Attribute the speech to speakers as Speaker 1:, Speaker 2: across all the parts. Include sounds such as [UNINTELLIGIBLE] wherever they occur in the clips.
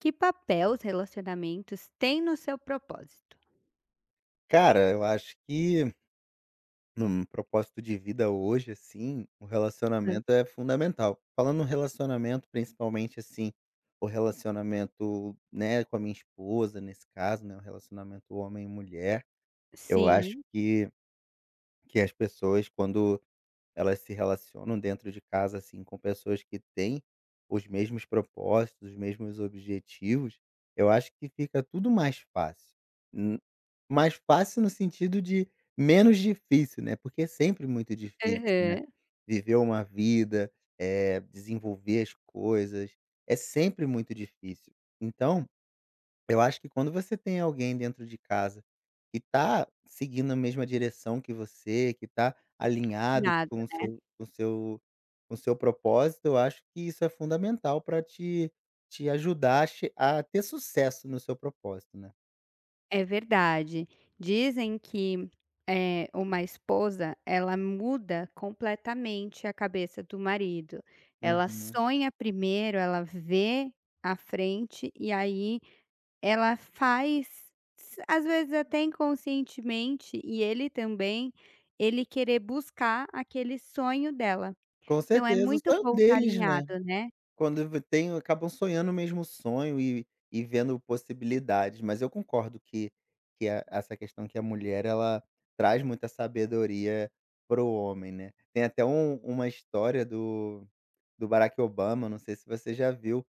Speaker 1: Que papel os relacionamentos têm no seu propósito?
Speaker 2: Cara, eu acho que num propósito de vida hoje, assim, o
Speaker 1: Hã.
Speaker 2: relacionamento é fundamental. Falando no relacionamento, principalmente assim, o relacionamento, né, com a minha esposa, nesse caso, né, o relacionamento homem e mulher, eu acho
Speaker 1: Sim,
Speaker 2: que as pessoas, quando elas se relacionam dentro de casa, assim, com pessoas que têm os mesmos propósitos, os mesmos objetivos, eu acho que fica tudo mais fácil. Hum, Mais fácil no sentido de menos difícil, né, porque é sempre muito difícil, né,
Speaker 1: aham,
Speaker 2: viver uma vida, desenvolver as coisas, é sempre muito difícil. Então eu acho que quando você tem alguém dentro de casa que tá seguindo a mesma direção que você, que tá alinhado
Speaker 1: alinhado.
Speaker 2: com o seu com o seu com o seu propósito, eu acho que isso é fundamental para te ajudar a che a ter sucesso no seu propósito, né.
Speaker 1: É verdade. Dizem que, uma esposa, ela muda completamente a cabeça do marido. Ela
Speaker 2: Uhum.
Speaker 1: sonha primeiro, ela vê à frente e aí ela faz, s às vezes até inconscientemente, e ele também, ele querer buscar aquele sonho dela.
Speaker 2: Com
Speaker 1: Então é
Speaker 2: certeza,
Speaker 1: muito
Speaker 2: só
Speaker 1: bom estar
Speaker 2: deles, né.
Speaker 1: alinhado, né.
Speaker 2: Quando v tem acabam sonhando o mesmo sonho e vendo possibilidades, mas eu concordo que a essa questão que a mulher ela traz muita sabedoria pro homem, né. Tem até uma história do Barack Obama, não sei se você já viu,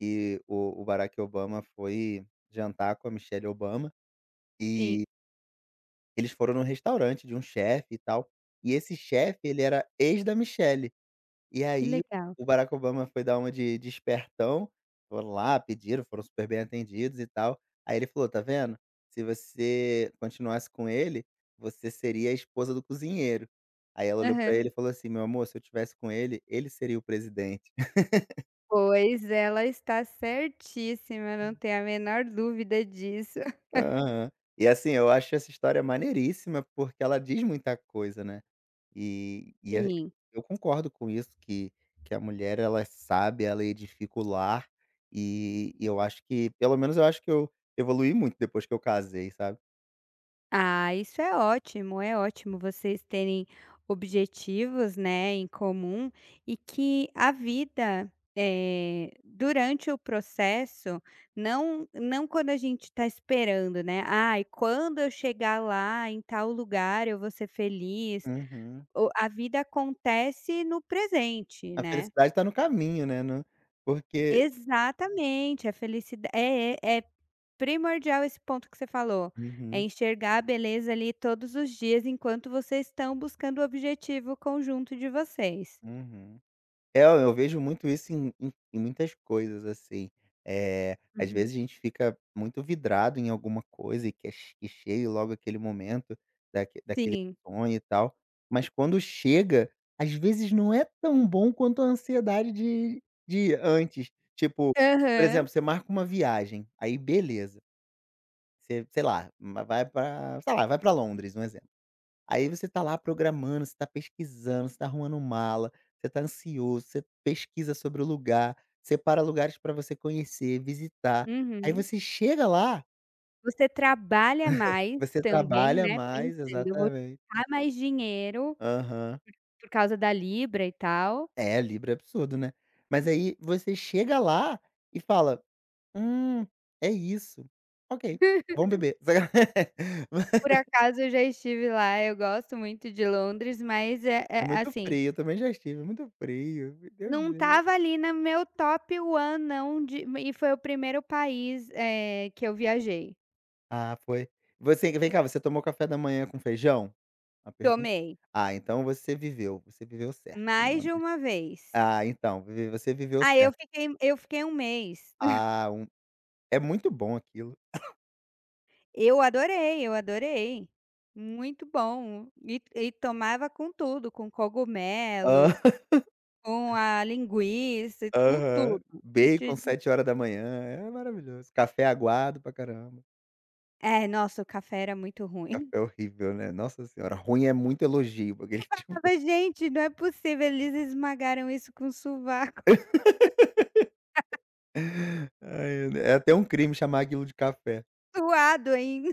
Speaker 2: que o Barack Obama foi jantar com a Michelle Obama, e
Speaker 1: Sim.
Speaker 2: eles foram num restaurante de um chefe e tal, e esse chefe ele era ex da Michelle. E
Speaker 1: Que
Speaker 2: aí
Speaker 1: legal.
Speaker 2: o Barack Obama foi dar uma de espertão, foram lá, pediram, foram super bem atendidos e tal. Aí ele falou: "Tá vendo? Se você continuasse com ele, você seria a esposa do cozinheiro." Aí ela olhou
Speaker 1: Aham.
Speaker 2: pra ele e falou assim: "Meu amor, se eu tivesse com ele, ele seria o presidente."
Speaker 1: Pois ela está certíssima, não tenho a menor dúvida disso.
Speaker 2: Aham. E assim, eu acho essa história maneiríssima, porque ela diz muita coisa, né. E a
Speaker 1: Sim.
Speaker 2: Eu concordo com isso que a mulher ela sabe, ela edifica o lar, e eu acho que, pelo menos eu acho que eu evoluí muito depois que eu casei, sabe.
Speaker 1: Ah, isso é ótimo vocês terem objetivos, né, em comum e que a vida, durante o processo, não quando a gente está esperando, né, "Ai, quando eu chegar lá em tal lugar eu vou ser feliz".
Speaker 2: Uhum.
Speaker 1: O A vida acontece no presente,
Speaker 2: A
Speaker 1: né.
Speaker 2: felicidade tá no caminho, né, no porque
Speaker 1: Exatamente, a felicidade é primordial esse ponto que você falou, é
Speaker 2: Uhum,
Speaker 1: enxergar a beleza ali todos os dias enquanto vocês estão buscando o objetivo conjunto de vocês.
Speaker 2: uhum. É, eu vejo muito isso em muitas coisas, assim. Às
Speaker 1: Uhum.
Speaker 2: vezes a gente fica muito vidrado em alguma coisa e quer che que chegue logo aquele momento daquele
Speaker 1: Sim.
Speaker 2: sonho e tal, mas quando chega, às vezes não é tão bom quanto a ansiedade de antes. Tipo, por
Speaker 1: Aham.
Speaker 2: exemplo, você marca uma viagem, aí beleza, você, sei lá, vai pra Londres, um exemplo. Aí você tá lá programando, você tá pesquisando, você tá arrumando mala, você tá ansioso, você pesquisa sobre o lugar, separa lugares para você conhecer, visitar. Aí
Speaker 1: Uhum.
Speaker 2: você chega lá,
Speaker 1: Você trabalha mais
Speaker 2: você
Speaker 1: também,
Speaker 2: trabalha
Speaker 1: né,
Speaker 2: mais,
Speaker 1: pensando: "Eu vou
Speaker 2: exatamente.
Speaker 1: juntar mais dinheiro
Speaker 2: Aham.
Speaker 1: por causa da libra e tal".
Speaker 2: É, Libra é absurdo, né. Mas aí você chega lá e fala: "Hum, é isso. Ok, vamos beber."
Speaker 1: Por
Speaker 2: [LAUGHS]
Speaker 1: acaso eu já estive lá, eu gosto muito de Londres, mas é
Speaker 2: É muito
Speaker 1: assim.
Speaker 2: frio, eu também já estive, é muito frio, meu Deus do
Speaker 1: Não
Speaker 2: céu.
Speaker 1: estava ali na meu top one não de e foi o primeiro país, que eu viajei.
Speaker 2: Ah, foi. Você vem cá, você tomou café da manhã com feijão? Uma pergunta?
Speaker 1: Tomei
Speaker 2: Ah, então você viveu certo em
Speaker 1: mais de
Speaker 2: Londres.
Speaker 1: uma vez.
Speaker 2: Ah, então, vi você viveu
Speaker 1: Aí eu
Speaker 2: certo.
Speaker 1: fiquei eu fiquei um mês. [LAUGHS]
Speaker 2: Ah, um é muito bom aquilo.
Speaker 1: Eu adorei, eu adorei. Muito bom. E tomava com tudo, com
Speaker 2: Hã.
Speaker 1: cogumelo,
Speaker 2: [LAUGHS]
Speaker 1: com a linguiça, com
Speaker 2: Aham.
Speaker 1: tudo. Que ti
Speaker 2: Bacon
Speaker 1: de
Speaker 2: 7 horas da manhã é maravilhoso. Café aguado pra caramba.
Speaker 1: É, nossa, o café era muito ruim.
Speaker 2: Café horrível, né. Nossa senhora, ruim é muito elogio, porque ele,
Speaker 1: [LAUGHS]
Speaker 2: tipo
Speaker 1: Falava: "Gente, não é possível, eles esmagaram isso com sovaco,
Speaker 2: [LAUGHS] ai, é até um crime chamar aquilo de café.
Speaker 1: [LAUGHS] suado ainda".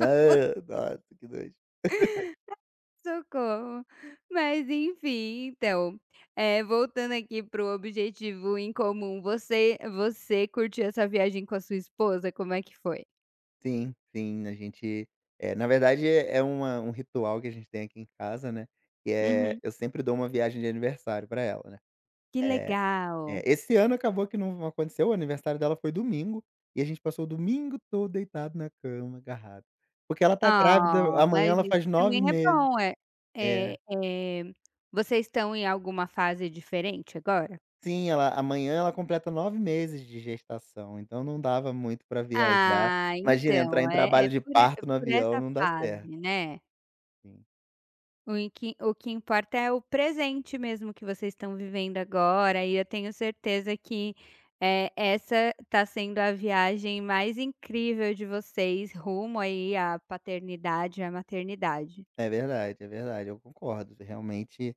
Speaker 2: Ah, nossa, que nojo.
Speaker 1: Socorro. Mas enfim, então, voltando aqui para o objetivo em comum, você curtiu essa viagem com a sua esposa? Como é que foi?
Speaker 2: Sim, sim, na verdade é é uma um ritual que a gente tem aqui em casa, né, que é
Speaker 1: Uhum.
Speaker 2: eu sempre dou uma viagem de aniversário pra ela, né.
Speaker 1: Que
Speaker 2: Eh,
Speaker 1: legal.
Speaker 2: É, esse ano acabou que não aconteceu, o aniversário dela foi domingo, e a gente passou o domingo todo deitado na cama, agarrado. Porque ela tá grávida,
Speaker 1: Ah,
Speaker 2: amanhã
Speaker 1: mas
Speaker 2: ela
Speaker 1: isso
Speaker 2: faz nove
Speaker 1: também é
Speaker 2: meses.
Speaker 1: bom, é. É,
Speaker 2: É.
Speaker 1: vocês estão em alguma fase diferente agora?
Speaker 2: Sim, ela amanhã ela completa 9 meses de gestação, então não dava muito pra viajar.
Speaker 1: Ah,
Speaker 2: Imagina entrar
Speaker 1: então,
Speaker 2: em
Speaker 1: é é
Speaker 2: trabalho de
Speaker 1: por é
Speaker 2: parto no
Speaker 1: por
Speaker 2: avião,
Speaker 1: essa
Speaker 2: não dá certo.
Speaker 1: fase, né? O Em que o que importa é o presente mesmo que vocês estão vivendo agora, e eu tenho certeza que, essa está sendo a viagem mais incrível de vocês rumo aí à paternidade, à maternidade.
Speaker 2: É verdade, eu concordo. Realmente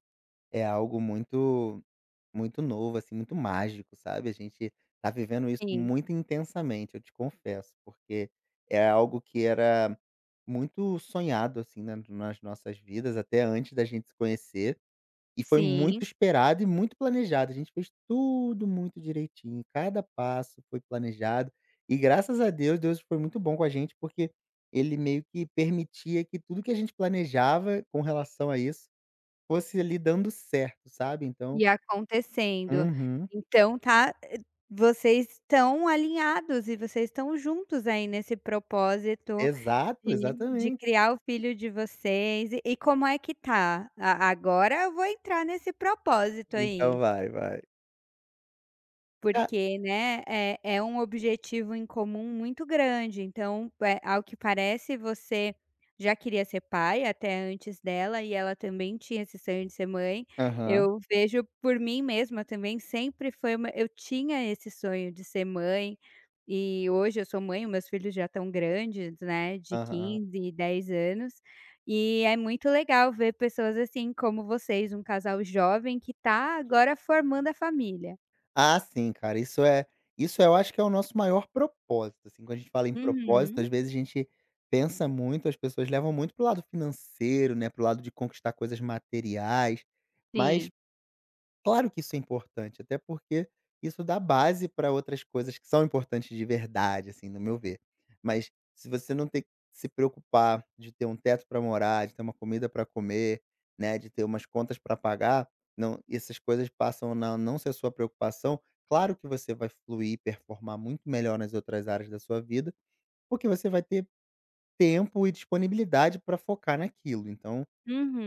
Speaker 2: é algo muito muito novo, assim, muito mágico, sabe. A gente tá vivendo isso
Speaker 1: Sim,
Speaker 2: muito intensamente, eu te confesso, porque é algo que era muito sonhado, assim, né, nas nossas vidas, até antes da gente se conhecer. E foi
Speaker 1: sim,
Speaker 2: muito esperado e muito planejado, a gente fez tudo muito direitinho, cada passo foi planejado, e graças a Deus, Deus foi muito bom com a gente, porque ele meio que permitia que tudo que a gente planejava com relação a isso, fosse ali dando certo, sabe. Então
Speaker 1: e acontecendo.
Speaker 2: Uhum.
Speaker 1: Então tá, vocês estão alinhados e vocês estão juntos aí nesse propósito.
Speaker 2: Exato,
Speaker 1: De
Speaker 2: exatamente.
Speaker 1: criar o filho de vocês. E como é que tá? A Agora eu vou entrar nesse propósito
Speaker 2: Então
Speaker 1: aí.
Speaker 2: vai, vai. Ah
Speaker 1: Porque, né, é um objetivo em comum muito grande, então, ao que parece você já queria ser pai até antes dela e ela também tinha esse sonho de ser mãe.
Speaker 2: Aham,
Speaker 1: Eu vejo por mim mesma também, sempre foi uma, eu tinha esse sonho de ser mãe, e hoje eu sou mãe, meus filhos já estão grandes, né, de
Speaker 2: aham.
Speaker 1: 15 e 10 anos, e é muito legal ver pessoas assim como vocês, um casal jovem que está agora formando a família.
Speaker 2: Ah, sim, cara, isso eu acho que é o nosso maior propósito, assim. Quando a gente fala em propósito,
Speaker 1: Uhum.
Speaker 2: às vezes a gente pensa muito, as pessoas levam muito pro lado financeiro, né, pro lado de conquistar coisas materiais,
Speaker 1: Sim.
Speaker 2: mas claro que isso é importante, até porque isso dá base para outras coisas que são importantes de verdade, assim, no meu ver. Mas se você não tem que se preocupar de ter um teto para morar, de ter uma comida para comer, né, de ter umas contas para pagar, não, essas coisas passam a não ser sua preocupação. Claro que você vai fluir, performar muito melhor nas outras áreas da sua vida, porque você vai ter tempo e disponibilidade para focar naquilo. Então,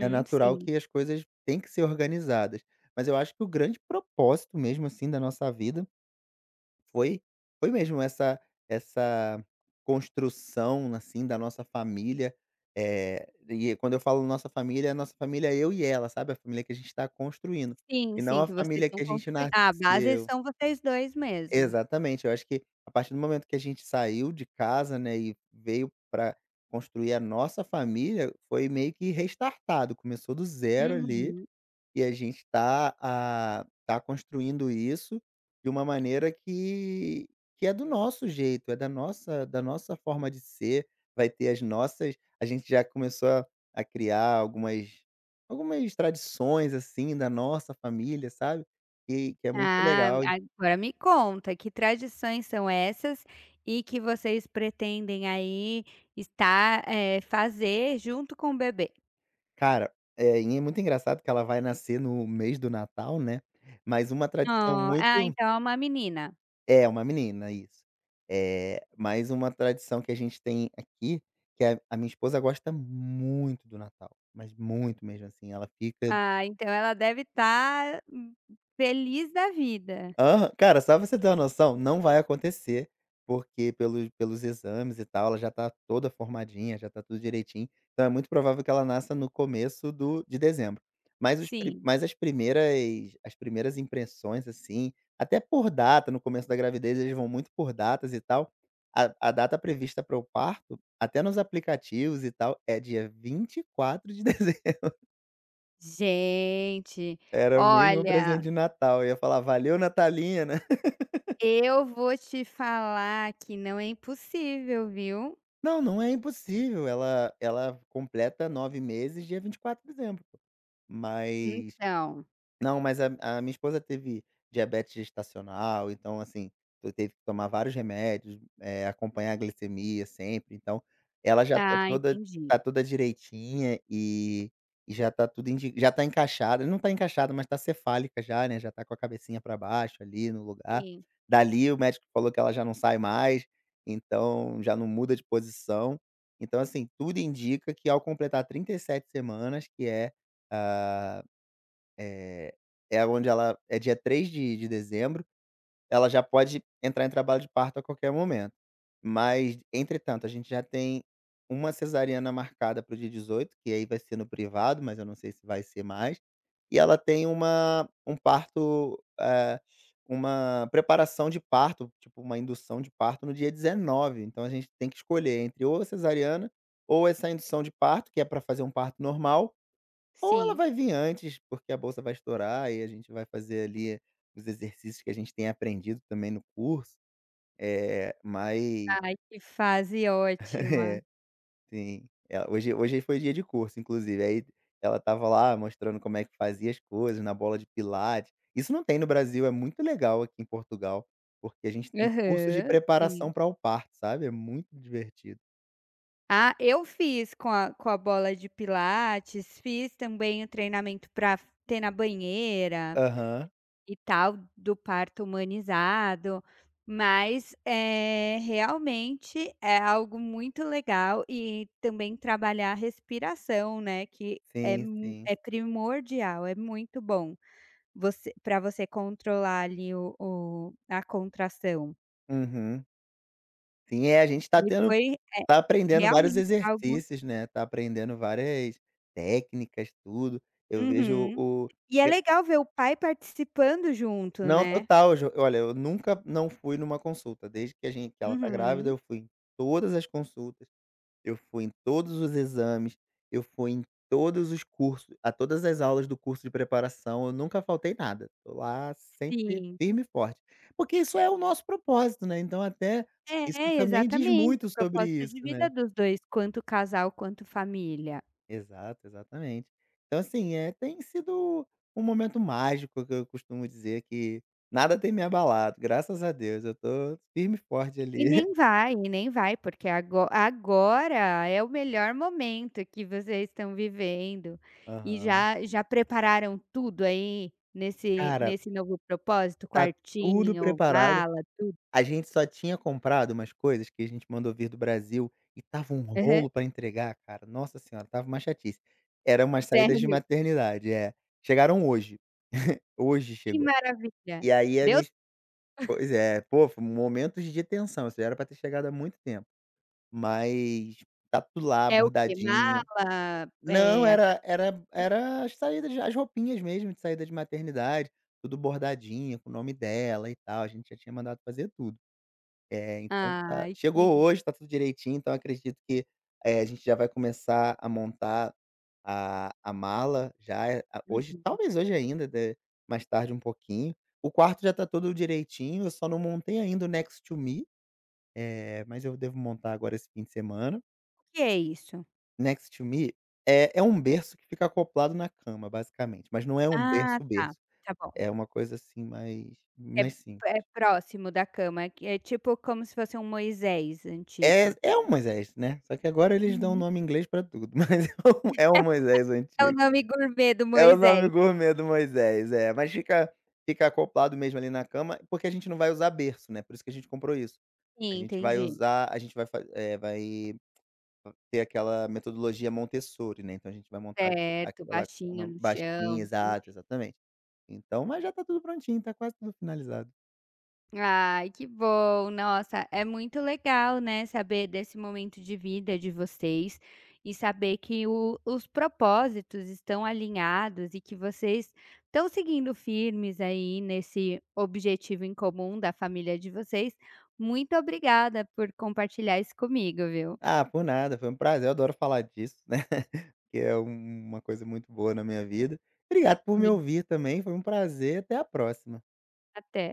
Speaker 2: é natural
Speaker 1: sim.
Speaker 2: que as coisas têm que ser organizadas. Mas eu acho que o grande propósito mesmo, assim, da nossa vida foi foi mesmo essa essa construção, assim, da nossa família. E quando eu falo nossa família, a nossa família é eu e ela, sabe, a família que a gente está construindo,
Speaker 1: Sim,
Speaker 2: e não
Speaker 1: sim,
Speaker 2: a
Speaker 1: que vocês
Speaker 2: família
Speaker 1: estão
Speaker 2: que a gente
Speaker 1: construi a base [UNINTELLIGIBLE]
Speaker 2: nasceu,
Speaker 1: são vocês dois mesmo.
Speaker 2: exatamente. Eu acho que a partir do momento que a gente saiu de casa, né, e veio para construir a nossa família, foi meio que restartado, começou do zero ali,
Speaker 1: Uhum.
Speaker 2: e a gente tá, tá construindo isso de uma maneira que é do nosso jeito, é da nossa forma de ser. Vai ter as nossas A gente já começou a criar algumas tradições, assim, da nossa família, sabe, que é muito
Speaker 1: Ah,
Speaker 2: legal.
Speaker 1: agora me conta, que tradições são essas e que vocês pretendem aí estar, fazer junto com o bebê?
Speaker 2: Cara, e é muito engraçado que ela vai nascer no mês do Natal, né, mas uma tradição
Speaker 1: Oh, ah,
Speaker 2: muito
Speaker 1: então é uma menina.
Speaker 2: É, uma menina, isso. É mais uma tradição que a gente tem aqui, que a minha esposa gosta muito do Natal, mas muito mesmo, assim, ela fica
Speaker 1: Ah, então ela deve estar feliz da vida.
Speaker 2: Aham. Cara, só pra você ter uma noção, não vai acontecer, porque pelos exames e tal, ela já tá toda formadinha, já tá tudo direitinho, então é muito provável que ela nasça no começo do de dezembro. Mas os pri
Speaker 1: Sim.
Speaker 2: mas as primeiras impressões, assim, até por data, no começo da gravidez eles vão muito por datas e tal, a data prevista para o parto, até nos aplicativos e tal, é dia 24 de dezembro. [LAUGHS]
Speaker 1: Gente,
Speaker 2: Era mesmo o presente
Speaker 1: olha.
Speaker 2: de Natal, eu ia falar: "Valeu, Natalina."
Speaker 1: Eu vou te falar que não é impossível, viu.
Speaker 2: Não, não é impossível, ela completa 9 meses dia 24 de dezembro, mas
Speaker 1: Então,
Speaker 2: não, mas a minha esposa teve diabetes gestacional, então assim, eu teve que tomar vários remédios, acompanhar a glicemia sempre, então ela já tá
Speaker 1: ah, entendi.
Speaker 2: toda direitinha, e já tá tudo indi já tá encaixada, não tá encaixada, mas tá cefálica já, né, já tá com a cabecinha para baixo ali no lugar.
Speaker 1: Sim,
Speaker 2: Dali o médico falou que ela já não sai mais, então já não muda de posição. Então assim, tudo indica que, ao completar 37 semanas, que é, ah, eh, é onde ela é dia 3 de dezembro, ela já pode entrar em trabalho de parto a qualquer momento. Mas, entretanto, a gente já tem uma cesariana marcada para o dia 18, que aí vai ser no privado, mas eu não sei se vai ser mais. E ela tem uma um parto, uma preparação de parto, tipo uma indução de parto, no dia 19. Então a gente tem que escolher entre ou a cesariana ou essa indução de parto, que é para fazer um parto normal, ou ela
Speaker 1: sim.
Speaker 2: vai vir antes, porque a bolsa vai estourar, e a gente vai fazer ali os exercícios que a gente tem aprendido também no curso, é mas
Speaker 1: Ai, que fase
Speaker 2: [LAUGHS]
Speaker 1: ótima.
Speaker 2: é, sim. É, hoje foi dia de curso, inclusive, aí ela estava lá mostrando como é que fazia as coisas na bola de pilates. Isso não tem no Brasil, é muito legal aqui em Portugal, porque a gente tem curso de
Speaker 1: Aham, sim.
Speaker 2: preparação para o parto, sabe, é muito divertido.
Speaker 1: Ah, eu fiz com a bola de pilates, fiz também o treinamento para ter na banheira.
Speaker 2: Aham.
Speaker 1: E tal, do parto humanizado, mas, realmente é algo muito legal, e também trabalhar a respiração, né, que é
Speaker 2: Sim,
Speaker 1: mu
Speaker 2: sim.
Speaker 1: é primordial, é muito bom você, para você controlar ali o a contração.
Speaker 2: Uhum. Sim, é, a gente está
Speaker 1: E
Speaker 2: tendo
Speaker 1: foi, é,
Speaker 2: tá aprendendo vários
Speaker 1: realmente algo,
Speaker 2: exercícios, né, tá aprendendo várias técnicas, tudo. Eu vejo
Speaker 1: uhum.
Speaker 2: o
Speaker 1: E é
Speaker 2: eu
Speaker 1: legal ver o pai participando junto,
Speaker 2: Não,
Speaker 1: né.
Speaker 2: total, jo olha, eu nunca não fui numa consulta, desde que a gente que ela tá grávida,
Speaker 1: Uhum,
Speaker 2: eu fui em todas as consultas, eu fui em todos os exames, eu fui em todos os cursos a todas as aulas do curso de preparação, eu nunca faltei nada. Tô lá sempre
Speaker 1: sim.
Speaker 2: firme e forte. Porque isso é o nosso propósito, né, então até isso
Speaker 1: É,
Speaker 2: também diz
Speaker 1: exatamente,
Speaker 2: muito
Speaker 1: o
Speaker 2: sobre
Speaker 1: propósito
Speaker 2: isso,
Speaker 1: de vida
Speaker 2: né.
Speaker 1: dos 2, quanto casal, quanto família.
Speaker 2: Exato, exatamente. Então, assim, tem sido um momento mágico que eu costumo dizer que nada tem me abalado, graças a Deus, eu tô firme e forte ali. [LAUGHS]
Speaker 1: E nem vai, porque agora é o melhor momento que vocês estão vivendo. E
Speaker 2: Aham.
Speaker 1: já prepararam tudo aí, nesse
Speaker 2: Cara,
Speaker 1: nesse novo propósito?
Speaker 2: tá tudo
Speaker 1: Quartinho,
Speaker 2: preparado,
Speaker 1: mala, tudo?
Speaker 2: a gente só tinha comprado umas coisas que a gente mandou vir do Brasil e tava um
Speaker 1: Aham.
Speaker 2: rolo pra entregar, cara, nossa senhora, tava uma chatice. Eram umas saídas de
Speaker 1: Sério?
Speaker 2: maternidade, é. Chegaram hoje, [LAUGHS] hoje
Speaker 1: Que
Speaker 2: chegou.
Speaker 1: maravilha.
Speaker 2: E aí a
Speaker 1: Deu
Speaker 2: minha es pois é, pô, foi momentos de tensão, isso já era pra ter chegado há muito tempo. Mas tá tudo lá
Speaker 1: é o quê?
Speaker 2: bordadinho.
Speaker 1: Mala,
Speaker 2: Não, era
Speaker 1: aquela,
Speaker 2: era era as saídas de as roupinhas mesmo de saída de maternidade, tudo bordadinho, com o nome dela e tal, a gente já tinha mandado fazer tudo. É, então tá,
Speaker 1: ai, que
Speaker 2: chegou
Speaker 1: lindo.
Speaker 2: hoje, tá tudo direitinho, então acredito que, a gente já vai começar a montar a mala já, eh, a hoje,
Speaker 1: Uhum.
Speaker 2: talvez hoje ainda, de mais tarde um pouquinho. O quarto já tá todo direitinho, eu só não montei ainda o Next to Me, mas eu devo montar agora esse fim de semana.
Speaker 1: O que é isso?
Speaker 2: Next to Me é um berço que fica acoplado na cama, basicamente, mas não é um
Speaker 1: Ah,
Speaker 2: berço,
Speaker 1: tá.
Speaker 2: berço.
Speaker 1: Tá bom.
Speaker 2: É uma coisa, assim,
Speaker 1: É
Speaker 2: mais
Speaker 1: É próximo da cama, que é tipo como se fosse um Moisés antigo.
Speaker 2: é o Moisés, né, só que agora eles dão o
Speaker 1: Uhum.
Speaker 2: nome em inglês pra tudo, [LAUGHS] mas é o Moisés
Speaker 1: É o
Speaker 2: antigo.
Speaker 1: nome gourmet do
Speaker 2: É o nome
Speaker 1: Moisés.
Speaker 2: gourmet do Moisés, é, mas fica acoplado mesmo ali na cama, porque a gente não vai usar berço, né, por isso que a gente comprou isso. A
Speaker 1: Sim,
Speaker 2: gente vai
Speaker 1: entendi.
Speaker 2: usar a gente vai fa eh, vai ter aquela metodologia Montessori, né, então a gente vai montar
Speaker 1: Certo,
Speaker 2: aquela
Speaker 1: baixinho
Speaker 2: cama
Speaker 1: no
Speaker 2: baixinha,
Speaker 1: chão.
Speaker 2: exato, exatamente. Então mas já tá tudo prontinho, tá quase tudo finalizado.
Speaker 1: Ai, que bom. Nossa, é muito legal, né, saber desse momento de vida de vocês e saber que os propósitos estão alinhados e que vocês estão seguindo firmes aí nesse objetivo em comum da família de vocês. Muito obrigada por compartilhar isso comigo, viu?
Speaker 2: Ah, por nada, foi um prazer, eu adoro falar disso, né, [LAUGHS] que é uma coisa muito boa na minha vida. Obrigado por me
Speaker 1: Sim.
Speaker 2: ouvir também, foi um prazer, até a próxima.
Speaker 1: Até.